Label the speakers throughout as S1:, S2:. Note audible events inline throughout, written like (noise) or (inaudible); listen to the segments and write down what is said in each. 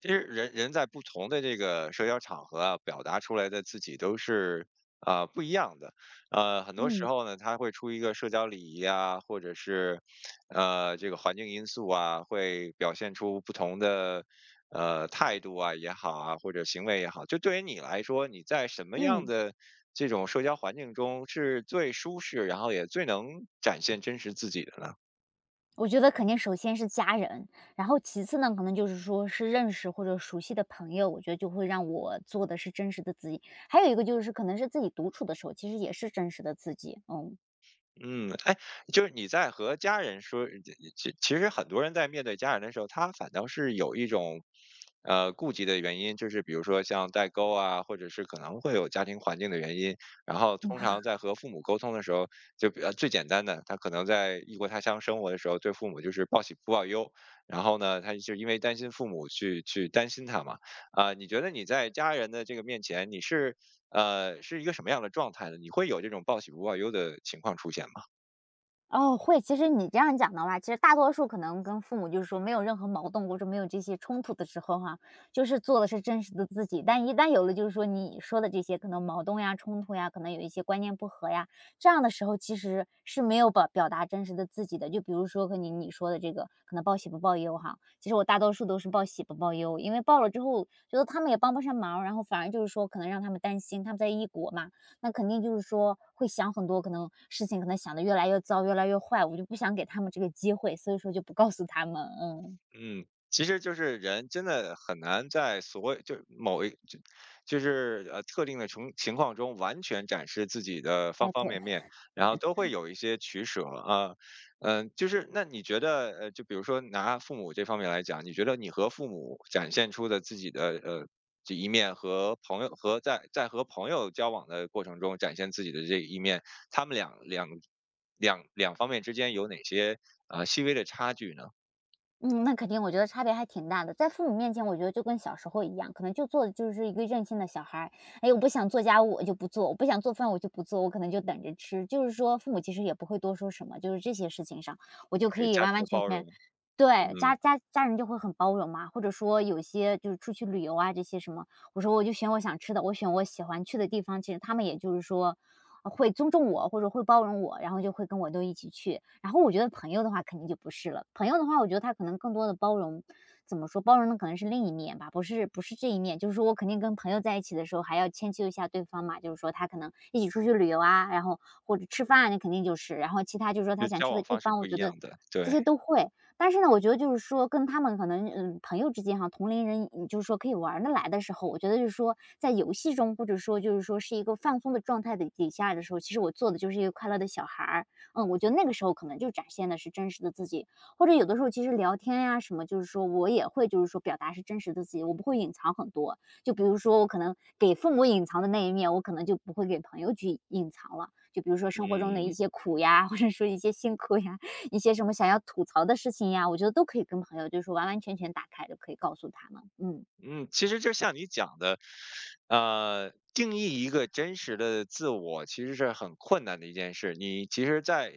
S1: 其实人人在不同的这个社交场合啊，表达出来的自己都是不一样的。很多时
S2: 嗯
S1: 候呢，他会出于一个社交礼仪啊，或者是这个环境因素啊，会表现出不同的态度啊也好啊，或者行为也好。就对于你来说，你在什么样
S2: 嗯，
S1: 的这种社交环境中是最舒适，然后也最能展现真实自己的？
S2: 我觉得肯定首先是家人，然后其次呢，可能就是说是认识或者熟悉的朋友，我觉得就会让我做的是真实的自己。还有一个就是可能是自己独处的时候，其实也是真实的自己。嗯，
S1: 嗯，哎，就是你在和家人说，其实很多人在面对家人的时候，他反倒是有一种，顾忌的原因，就是比如说像代沟啊，或者是可能会有家庭环境的原因。然后通常在和父母沟通的时候，就比较最简单的，他可能在异国他乡生活的时候，对父母就是报喜不报忧。然后呢，他就因为担心父母去担心他嘛。你觉得你在家人的这个面前，你是是一个什么样的状态呢？你会有这种报喜不报忧的情况出现吗？
S2: 哦，会。其实你这样讲的话，其实大多数可能跟父母就是说没有任何矛盾或者没有这些冲突的时候哈，就是做的是真实的自己。但一旦有了就是说你说的这些可能矛盾呀、冲突呀，可能有一些观念不合呀，这样的时候其实是没有表达真实的自己的。就比如说和你说的这个，可能报喜不报忧哈，其实我大多数都是报喜不报忧，因为报了之后觉得他们也帮不上忙，然后反而就是说可能让他们担心，他们在异国嘛，那肯定就是说会想很多，可能事情可能想的越来越糟，越来越坏，我就不想给他们这个机会，所以说就不告诉他们，嗯，
S1: 嗯，其实就是人真的很难在所谓，就某一就就是呃特定的从情况中完全展示自己的方
S2: 哎，
S1: 方
S2: 对。
S1: 面面，然后都会有一些取舍啊，就是那你觉得，就比如说拿父母这方面来讲，你觉得你和父母展现出的自己的这一面和朋友和在和朋友交往的过程中展现自己的这一面，他们两方面之间有哪些细微的差距呢？
S2: 嗯，那肯定，我觉得差别还挺大的。在父母面前，我觉得就跟小时候一样，可能就做的就是一个任性的小孩儿。哎，我不想做家务，我就不做；我不想做饭，我就不做。我可能就等着吃。就是说，父母其实也不会多说什么，就是这些事情上，我就
S1: 比
S2: 可
S1: 如
S2: 以
S1: 家
S2: 完
S1: 庭
S2: 完
S1: 的
S2: 全
S1: 包
S2: 全
S1: 容。
S2: 对
S1: 嗯，
S2: 家人就会很包容嘛。或者说，有些就是出去旅游啊，这些什么，我说我就选我想吃的，我选我喜欢去的地方。其实他们也就是说，会尊重我或者会包容我，然后就会跟我都一起去。然后我觉得朋友的话肯定就不是了，朋友的话，我觉得他可能更多的包容，怎么说，包容的可能是另一面吧，不是这一面。就是说我肯定跟朋友在一起的时候还要迁就一下对方嘛，就是说他可能一起出去旅游啊，然后或者吃饭啊，那肯定就是，然后其他就是说
S1: 就
S2: 他想
S1: 交
S2: 去的
S1: 往
S2: 地
S1: 方式
S2: 方，我
S1: 不一
S2: 觉得
S1: 样的，
S2: 这
S1: 对，
S2: 些都会。但是呢，我觉得就是说跟他们可能，嗯，朋友之间哈，同龄人，嗯就是说可以玩儿得来的时候，我觉得就是说在游戏中，或者说就是说是一个放松的状态的底下的时候，其实我做的就是一个快乐的小孩儿。嗯，我觉得那个时候可能就展现的是真实的自己，或者有的时候其实聊天呀什么，就是说我也会就是说表达是真实的自己，我不会隐藏很多。就比如说我可能给父母隐藏的那一面，我可能就不会给朋友去隐藏了。就比如说生活中的
S1: 嗯
S2: 一些苦呀，或者说一些辛苦呀，一些什么想要吐槽的事情呀，我觉得都可以跟朋友就是说完完全全打开，就可以告诉他们。嗯，
S1: 嗯，其实就像你讲的，定义一个真实的自我其实是很困难的一件事。你其实在，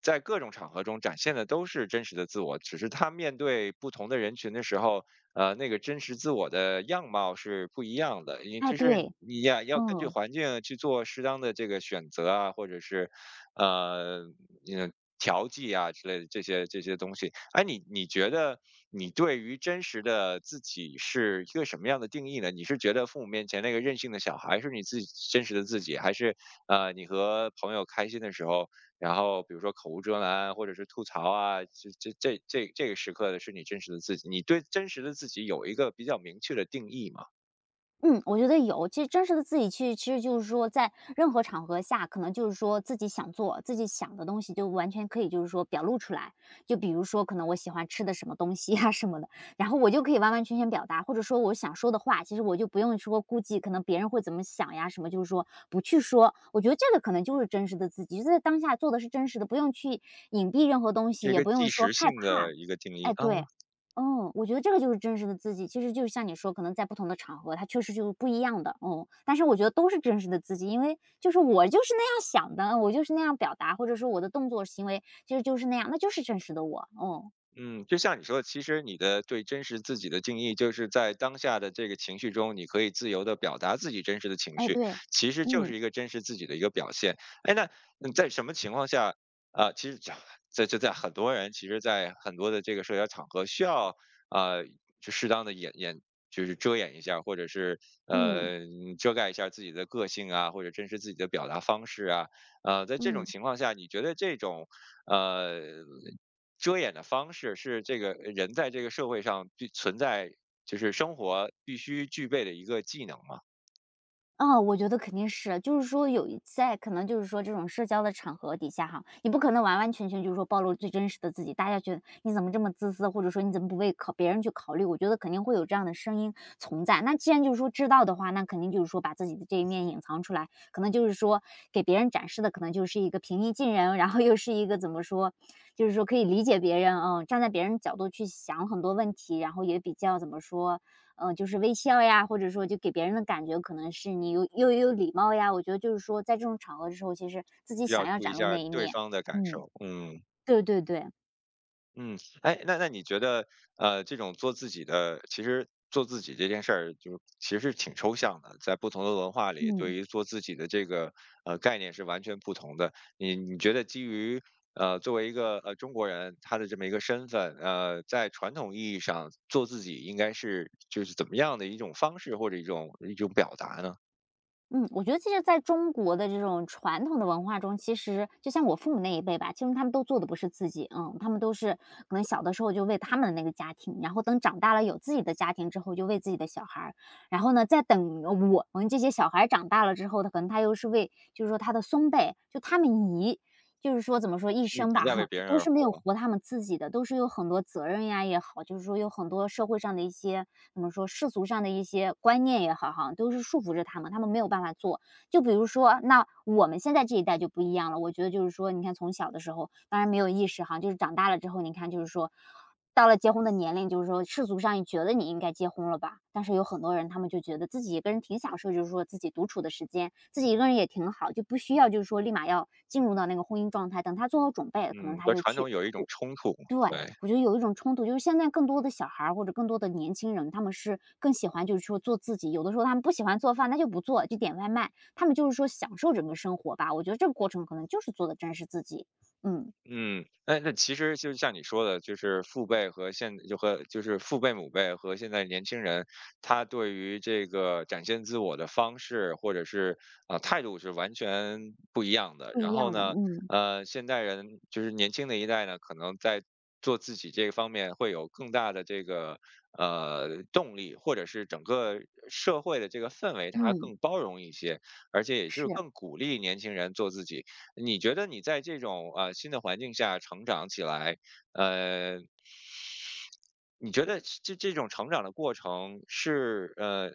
S1: 在各种场合中展现的都是真实的自我，只是他面对不同的人群的时候，那个真实自我的样貌是不一样的。你
S2: 哎，
S1: 就是
S2: 对，
S1: 你呀，要根据
S2: 嗯。
S1: 环境去做适当的这个选择啊，或者是呃，嗯，调剂啊之类的这些这些东西。哎，你你觉得你对于真实的自己是一个什么样的定义呢？你是觉得父母面前那个任性的小孩是你自己真实的自己，还是你和朋友开心的时候，然后比如说口无遮拦或者是吐槽啊，这个时刻的是你真实的自己？你对真实的自己有一个比较明确的定义吗？
S2: 嗯，我觉得有。其实真实的自己去，其实就是说在任何场合下，可能就是说自己想做、自己想的东西，就完全可以就是说表露出来。就比如说，可能我喜欢吃的什么东西呀什么的，然后我就可以完完全全表达，或者说我想说的话，其实我就不用说估计可能别人会怎么想呀什么，就是说不去说。我觉得这个可能就是真实的自己，就在当下做的是真实的，不用去隐蔽任何东西，
S1: 这
S2: 也
S1: 个
S2: 不
S1: 即
S2: 用说
S1: 时
S2: 害
S1: 性
S2: 怕。
S1: 的一个定义
S2: 哎，
S1: 啊。
S2: 对，嗯，我觉得这个就是真实的自己。其实就是像你说，可能在不同的场合，它确实就是不一样的，嗯。但是我觉得都是真实的自己，因为就是我就是那样想的，我就是那样表达，或者说我的动作行为其实就是那样，那就是真实的我，嗯。
S1: 嗯，就像你说的，其实你的对真实自己的定义，就是在当下的这个情绪中，你可以自由的表达自己真实的情
S2: 哎，
S1: 绪，
S2: 对，
S1: 其实就是
S2: 嗯，
S1: 一个真实自己的一个表现。哎，那嗯在什么情况下，其实在就在很多人，其实，在很多的这个社交场合，需要呃，就适当的就是遮掩一下，或者是
S2: 嗯，
S1: 遮盖一下自己的个性啊，或者真实自己的表达方式啊。在这种
S2: 嗯。
S1: 情况下，你觉得这种呃遮掩的方式是这个人在这个社会上必存在，就是生活必须具备的一个技能嘛，
S2: 啊，我觉得肯定是，就是说有一在可能就是说这种社交的场合底下哈，你不可能完完全全就是说暴露最真实的自己，大家觉得你怎么这么自私，或者说你怎么不为考别人去考虑？我觉得肯定会有这样的声音存在。那既然就是说知道的话，那肯定就是说把自己的这一面隐藏出来，可能就是说给别人展示的，可能就是一个平易近人，然后又是一个怎么说，就是说可以理解别人，嗯，站在别人角度去想很多问题，然后也比较怎么说，嗯，就是微笑呀，或者说就给别人的感觉可能是你有又有礼貌呀。我觉得就是说在这种场合的时候，其实自己
S1: 要
S2: 想要
S1: 注意一
S2: 展露
S1: 下
S2: 那一
S1: 对
S2: 面。
S1: 方的感
S2: 嗯，
S1: 受。嗯。
S2: 对对对，
S1: 嗯，哎，那你觉得，这种做自己的，其实做自己这件事儿，就其实是挺抽象的，在不同的文化里，对
S2: 嗯。
S1: 于做自己的这个概念是完全不同的。你你觉得基于作为一个中国人他的这么一个身份，在传统意义上做自己应该是就是怎么样的一种方式或者一种表达呢？
S2: 嗯，我觉得其实在中国的这种传统的文化中，其实就像我父母那一辈吧，其实他们都做的不是自己，嗯，他们都是可能小的时候就为他们的那个家庭，然后等长大了有自己的家庭之后，就为自己的小孩儿，然后呢，再等我们这些小孩儿长大了之后，他可能他又是为，就是说他的孙辈，就他们一。就是说，怎么说，一
S1: 一
S2: 生
S1: 直
S2: 吧，
S1: 在为别
S2: (laughs)
S1: 人
S2: 都
S1: 而
S2: 是没有
S1: 活，
S2: 活他们自己的，都是有很多责任呀也好，就是说有很多社会上的一些怎么说世俗上的一些观念也好哈，都是束缚着他们，他们没有办法做。就比如说，那我们现在这一代就不一样了，我觉得就是说，你看从小的时候，当然没有意识哈，就是长大了之后，你看就是说。到了结婚的年龄，就是说世俗上觉得你应该结婚了吧，但是有很多人他们就觉得自己一个人挺享受，就是说自己独处的时间，自己一个人也挺好，就不需要就是说立马要进入到那个婚姻状态，等他做好准备，可能
S1: 嗯，
S2: 他
S1: 和
S2: 就
S1: 传统
S2: 去。
S1: 有一种冲突，
S2: 对，
S1: 对。
S2: 我觉得有一种冲突，就是现在更多的小孩儿或者更多的年轻人，他们是更喜欢就是说做自己，有的时候他们不喜欢做饭，那就不做，就点外卖，他们就是说享受整个生活吧。我觉得这个过程可能就是做的真是自己，嗯，
S1: 嗯，那那其实就像你说的，就是父辈和现就和就是父辈母辈和现在年轻人，他对于这个展现自我的方式或者是态度是完全不一样的。
S2: 不
S1: 然
S2: 一
S1: 后
S2: 样的，
S1: 呢，
S2: 嗯
S1: 现代人就是年轻的一代呢，可能在做自己这方面会有更大的这个动力，或者是整个社会的这个氛围它
S2: 嗯，
S1: 更包容一些，而且也就是
S2: 是
S1: 更鼓励年轻人做自己。你觉得你在这种新的环境下成长起来，呃，你觉得这这种成长的过程是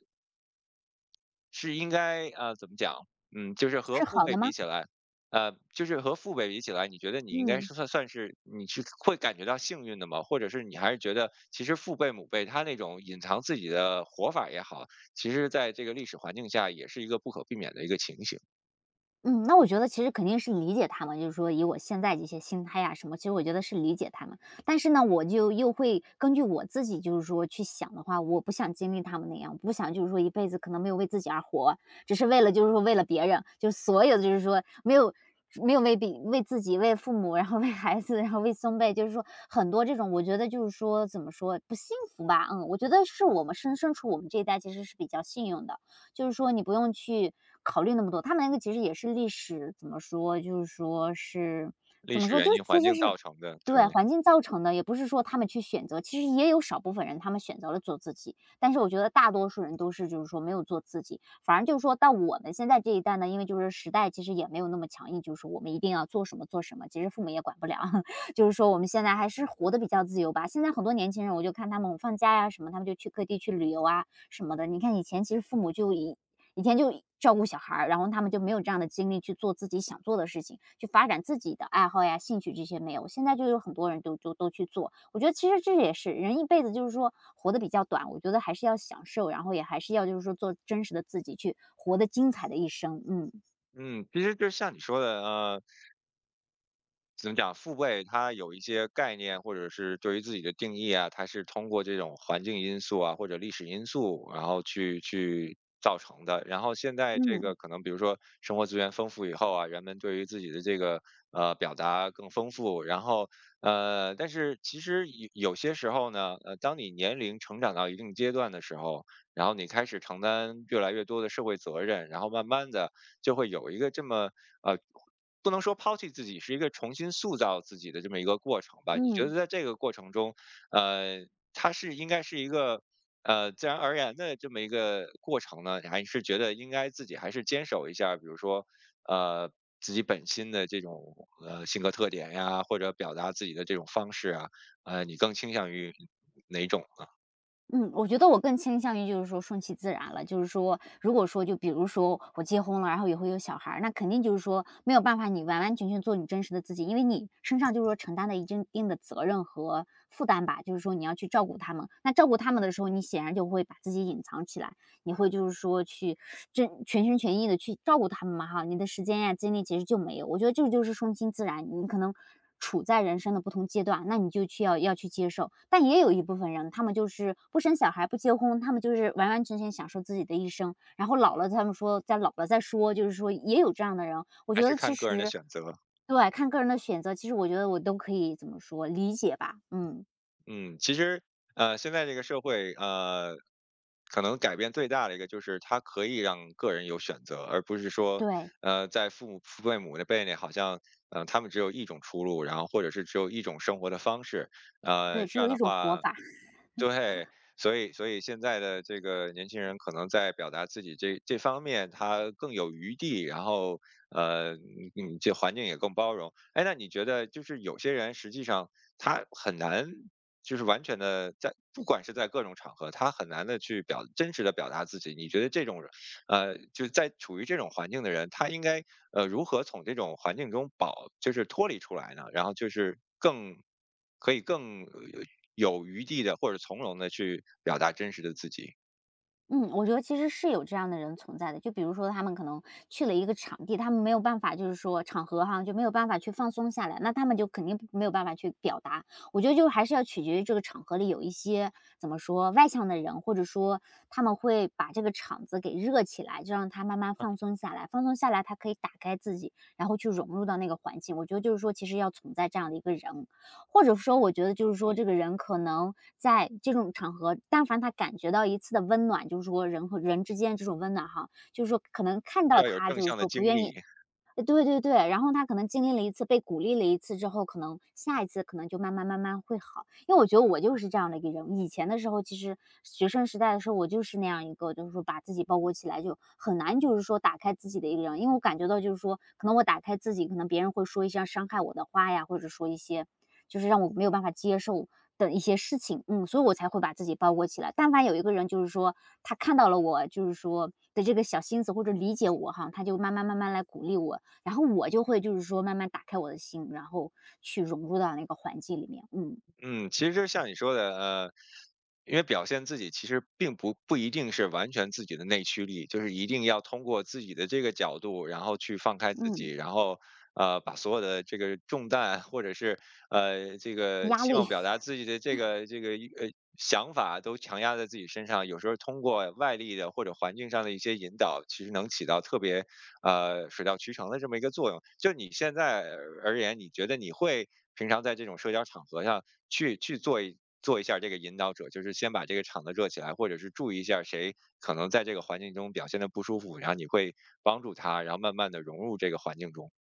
S1: 是应该怎么讲？嗯，就是和
S2: 是
S1: 父
S2: 好
S1: 辈
S2: 的
S1: 比
S2: 吗？
S1: 起来，就是和父辈比起来，你觉得你应该
S2: 嗯。
S1: 是算是你是会感觉到幸运的吗？或者是你还是觉得其实父辈母辈他那种隐藏自己的活法也好，其实在这个历史环境下也是一个不可避免的一个情形，
S2: 嗯，那我觉得其实肯定是理解他们，就是说以我现在这些心态呀、什么，其实我觉得是理解他们。但是呢，我就又会根据我自己，就是说去想的话，我不想经历他们那样，不想就是说一辈子可能没有为自己而活，只是为了就是说为了别人，就是所有的就是说没有为比为自己、为父母，然后为孩子，然后为孙辈，就是说很多这种，我觉得就是说怎么说不幸福吧？嗯，我觉得是我们身处我们这一代其实是比较幸运的，就是说你不用去考虑那么多。他们那个其实也是历史怎么说，就是说是
S1: 历
S2: 怎么
S1: 史
S2: 说，就
S1: 原
S2: 是
S1: 因环
S2: 其实
S1: 境
S2: 是
S1: 造成的。
S2: 对，
S1: 对，
S2: 环境造成的，也不是说他们去选择，其实也有少部分人他们选择了做自己，但是我觉得大多数人都是就是说没有做自己，反而就是说到我们现在这一代呢，因为就是时代其实也没有那么强硬，就是我们一定要做什么做什么，其实父母也管不了，(laughs) 就是说我们现在还是活得比较自由吧。现在很多年轻人，我就看他们放假呀、什么，他们就去各地去旅游啊，什么的。你看以前其实父母就以前就照顾小孩儿，然后他们就没有这样的精力去做自己想做的事情，去发展自己的爱好呀、兴趣这些没有。现在就有很多人都就都去做，我觉得其实这也是人一辈子就是说活得比较短，我觉得还是要享受，然后也还是要就是说做真实的自己，去活得精彩的一生。嗯
S1: 嗯，其实就像你说的，怎么讲，父辈他有一些概念，或者是对于自己的定义啊，他是通过这种环境因素啊，或者历史因素，然后去造成的。然后现在这个
S2: 嗯
S1: 可能，比如说生活资源丰富以后啊，人们对于自己的这个表达更丰富。然后但是其实有些时候呢，当你年龄成长到一定阶段的时候，然后你开始承担越来越多的社会责任，然后慢慢的就会有一个这么呃不能说抛弃自己，是一个重新塑造自己的这么一个过程吧。你觉得
S2: 嗯。
S1: 在这个过程中，呃，它是应该是一个自然而然的这么一个过程呢？还是觉得应该自己还是坚守一下儿比如说呃自己本心的这种性格特点呀，或者表达自己的这种方式啊，你更倾向于哪种呢？
S2: 嗯，我觉得我更倾向于就是说顺其自然了，就是说，如果说就比如说我结婚了，然后也会有小孩儿，那肯定就是说没有办法你完完全全做你真实的自己，因为你身上就是说承担了一定的责任和负担吧，就是说你要去照顾他们，那照顾他们的时候，你显然就会把自己隐藏起来，你会就是说去真全心全意的去照顾他们嘛哈，你的时间呀、精力其实就没有。我觉得这个就是顺其自然，你可能处在人生的不同阶段，那你就去要去接受。但也有一部分人，他们就是不生小孩、不结婚，他们就是完完全全享受自己的一生，然后老了他们说再老了再说，就是说也有这样的人。我
S1: 还
S2: 觉
S1: 是
S2: 得其
S1: 看个人的
S2: 实
S1: 选择？
S2: 对，看个人的选择，其实我觉得我都可以怎么说，理解吧。嗯，
S1: 嗯，其实，现在这个社会，可能改变最大的一个就是它可以让个人有选择，而不是说，
S2: 对，
S1: 在父母父辈母那辈里，好像，他们只有一种出路，然后或者是只有一种生活的方式，
S2: 对，
S1: 这
S2: 只
S1: 样
S2: 有一
S1: 的
S2: 种活
S1: 话，
S2: 法。
S1: 对，所以所以现在的这个年轻人可能在表达自己这这方面，他更有余地，然后呃，这环境也更包容。哎，那你觉得就是有些人实际上他很难，就是完全的在，不管是在各种场合，他很难的去表真实的表达自己。你觉得这种人？就在处于这种环境的人，他应该如何从这种环境中保，就是脱离出来呢？然后就是更可以更有余地的或者从容的去表达真实的自己，
S2: 嗯，我觉得其实是有这样的人存在的。就比如说他们可能去了一个场地，他们没有办法，就是说场合哈，就没有办法去放松下来，那他们就肯定没有办法去表达。我觉得就还是要取决于这个场合里有一些怎么说外向的人，或者说他们会把这个场子给热起来，就让他慢慢放松下来，放松下来，他可以打开自己，然后去融入到那个环境。我觉得就是说，其实要存在这样的一个人，或者说我觉得就是
S1: 啊，
S2: 说这个人可能在这种场合，但凡他感觉到一次的温暖，就是说人和人之间这种温暖哈，就是说可能看
S1: 这
S2: 到
S1: 要有
S2: 他
S1: 正
S2: 就
S1: 向
S2: 是
S1: 的
S2: 说不
S1: 经
S2: 愿意
S1: 历。
S2: 对对对，然后他可能经历了一次，被鼓励了一次之后，可能下一次可能就慢慢慢慢会好。因为我觉得我就是这样的一个人，以前的时候，其实学生时代的时候，我就是那样一个，就是说把自己包裹起来，就很难就是说打开自己的一个人，因为我感觉到就是说，可能我打开自己，可能别人会说一些伤害我的话呀，或者说一些就是让我没有办法接受的一些事情，嗯，所以我才会把自己包裹起来。但凡有一个人，就是说他看到了我，就是说的这个小心思或者理解我哈，他就慢慢慢慢来鼓励我，然后我就会就是说慢慢打开我的心，然后去融入到那个环境里面，嗯
S1: 嗯，其实就像你说的，因为表现自己其实并不一定是完全自己的内驱力，就是一定要通过自己的这个角度，然后去放开自己，
S2: 嗯，
S1: 然后把所有的这个重担或者是这个
S2: 压
S1: 希望
S2: 力。
S1: 表达自己的这个想法都强压在自己身上，有时候通过外力的或者环境上的一些引导，其实能起到特别水到渠成的这么一个作用。就你现在而言，你觉得你会平常在这种社交场合上去做一下这个引导者，就是先把这个场子热起来，或者是注意一下谁可能在这个环境中表现的不舒服，然后你会帮助他，然后慢慢的融入这个环境中。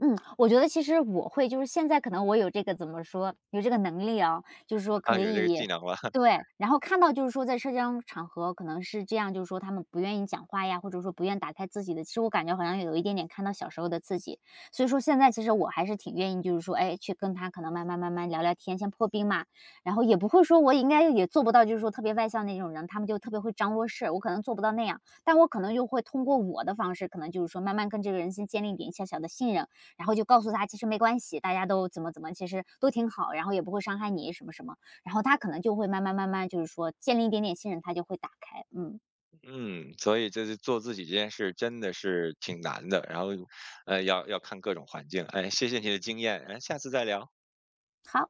S2: 嗯，我觉得其实我会就是现在可能我有这个怎么说，有这个能力啊，就是说
S1: (laughs) 啊，
S2: 可
S1: 有这个技
S2: 以
S1: 能了，
S2: 对，然后看到就是说在社交场合可能是这样，就是说他们不愿意讲话呀，或者说不愿打开自己的，其实我感觉好像有一点点看到小时候的自己，所以说现在其实我还是挺愿意就是说，哎，去跟他可能慢慢慢慢聊聊天，先破冰嘛，然后也不会说我应该也做不到就是说特别外向那种人，他们就特别会张罗事，我可能做不到那样，但我可能就会通过我的方式，可能就是说慢慢跟这个人先建立一点小小的信任。然后就告诉他其实没关系，大家都怎么怎么，其实都挺好，然后也不会伤害你什么什么，然后他可能就会慢慢慢慢就是说建立一点点信任，他就会打开，嗯，
S1: (laughs) 嗯，所以就是做自己这件事真的是挺难的，然后，要要看各种环境。哎，谢谢你的经验，哎，下次再聊。
S2: 好。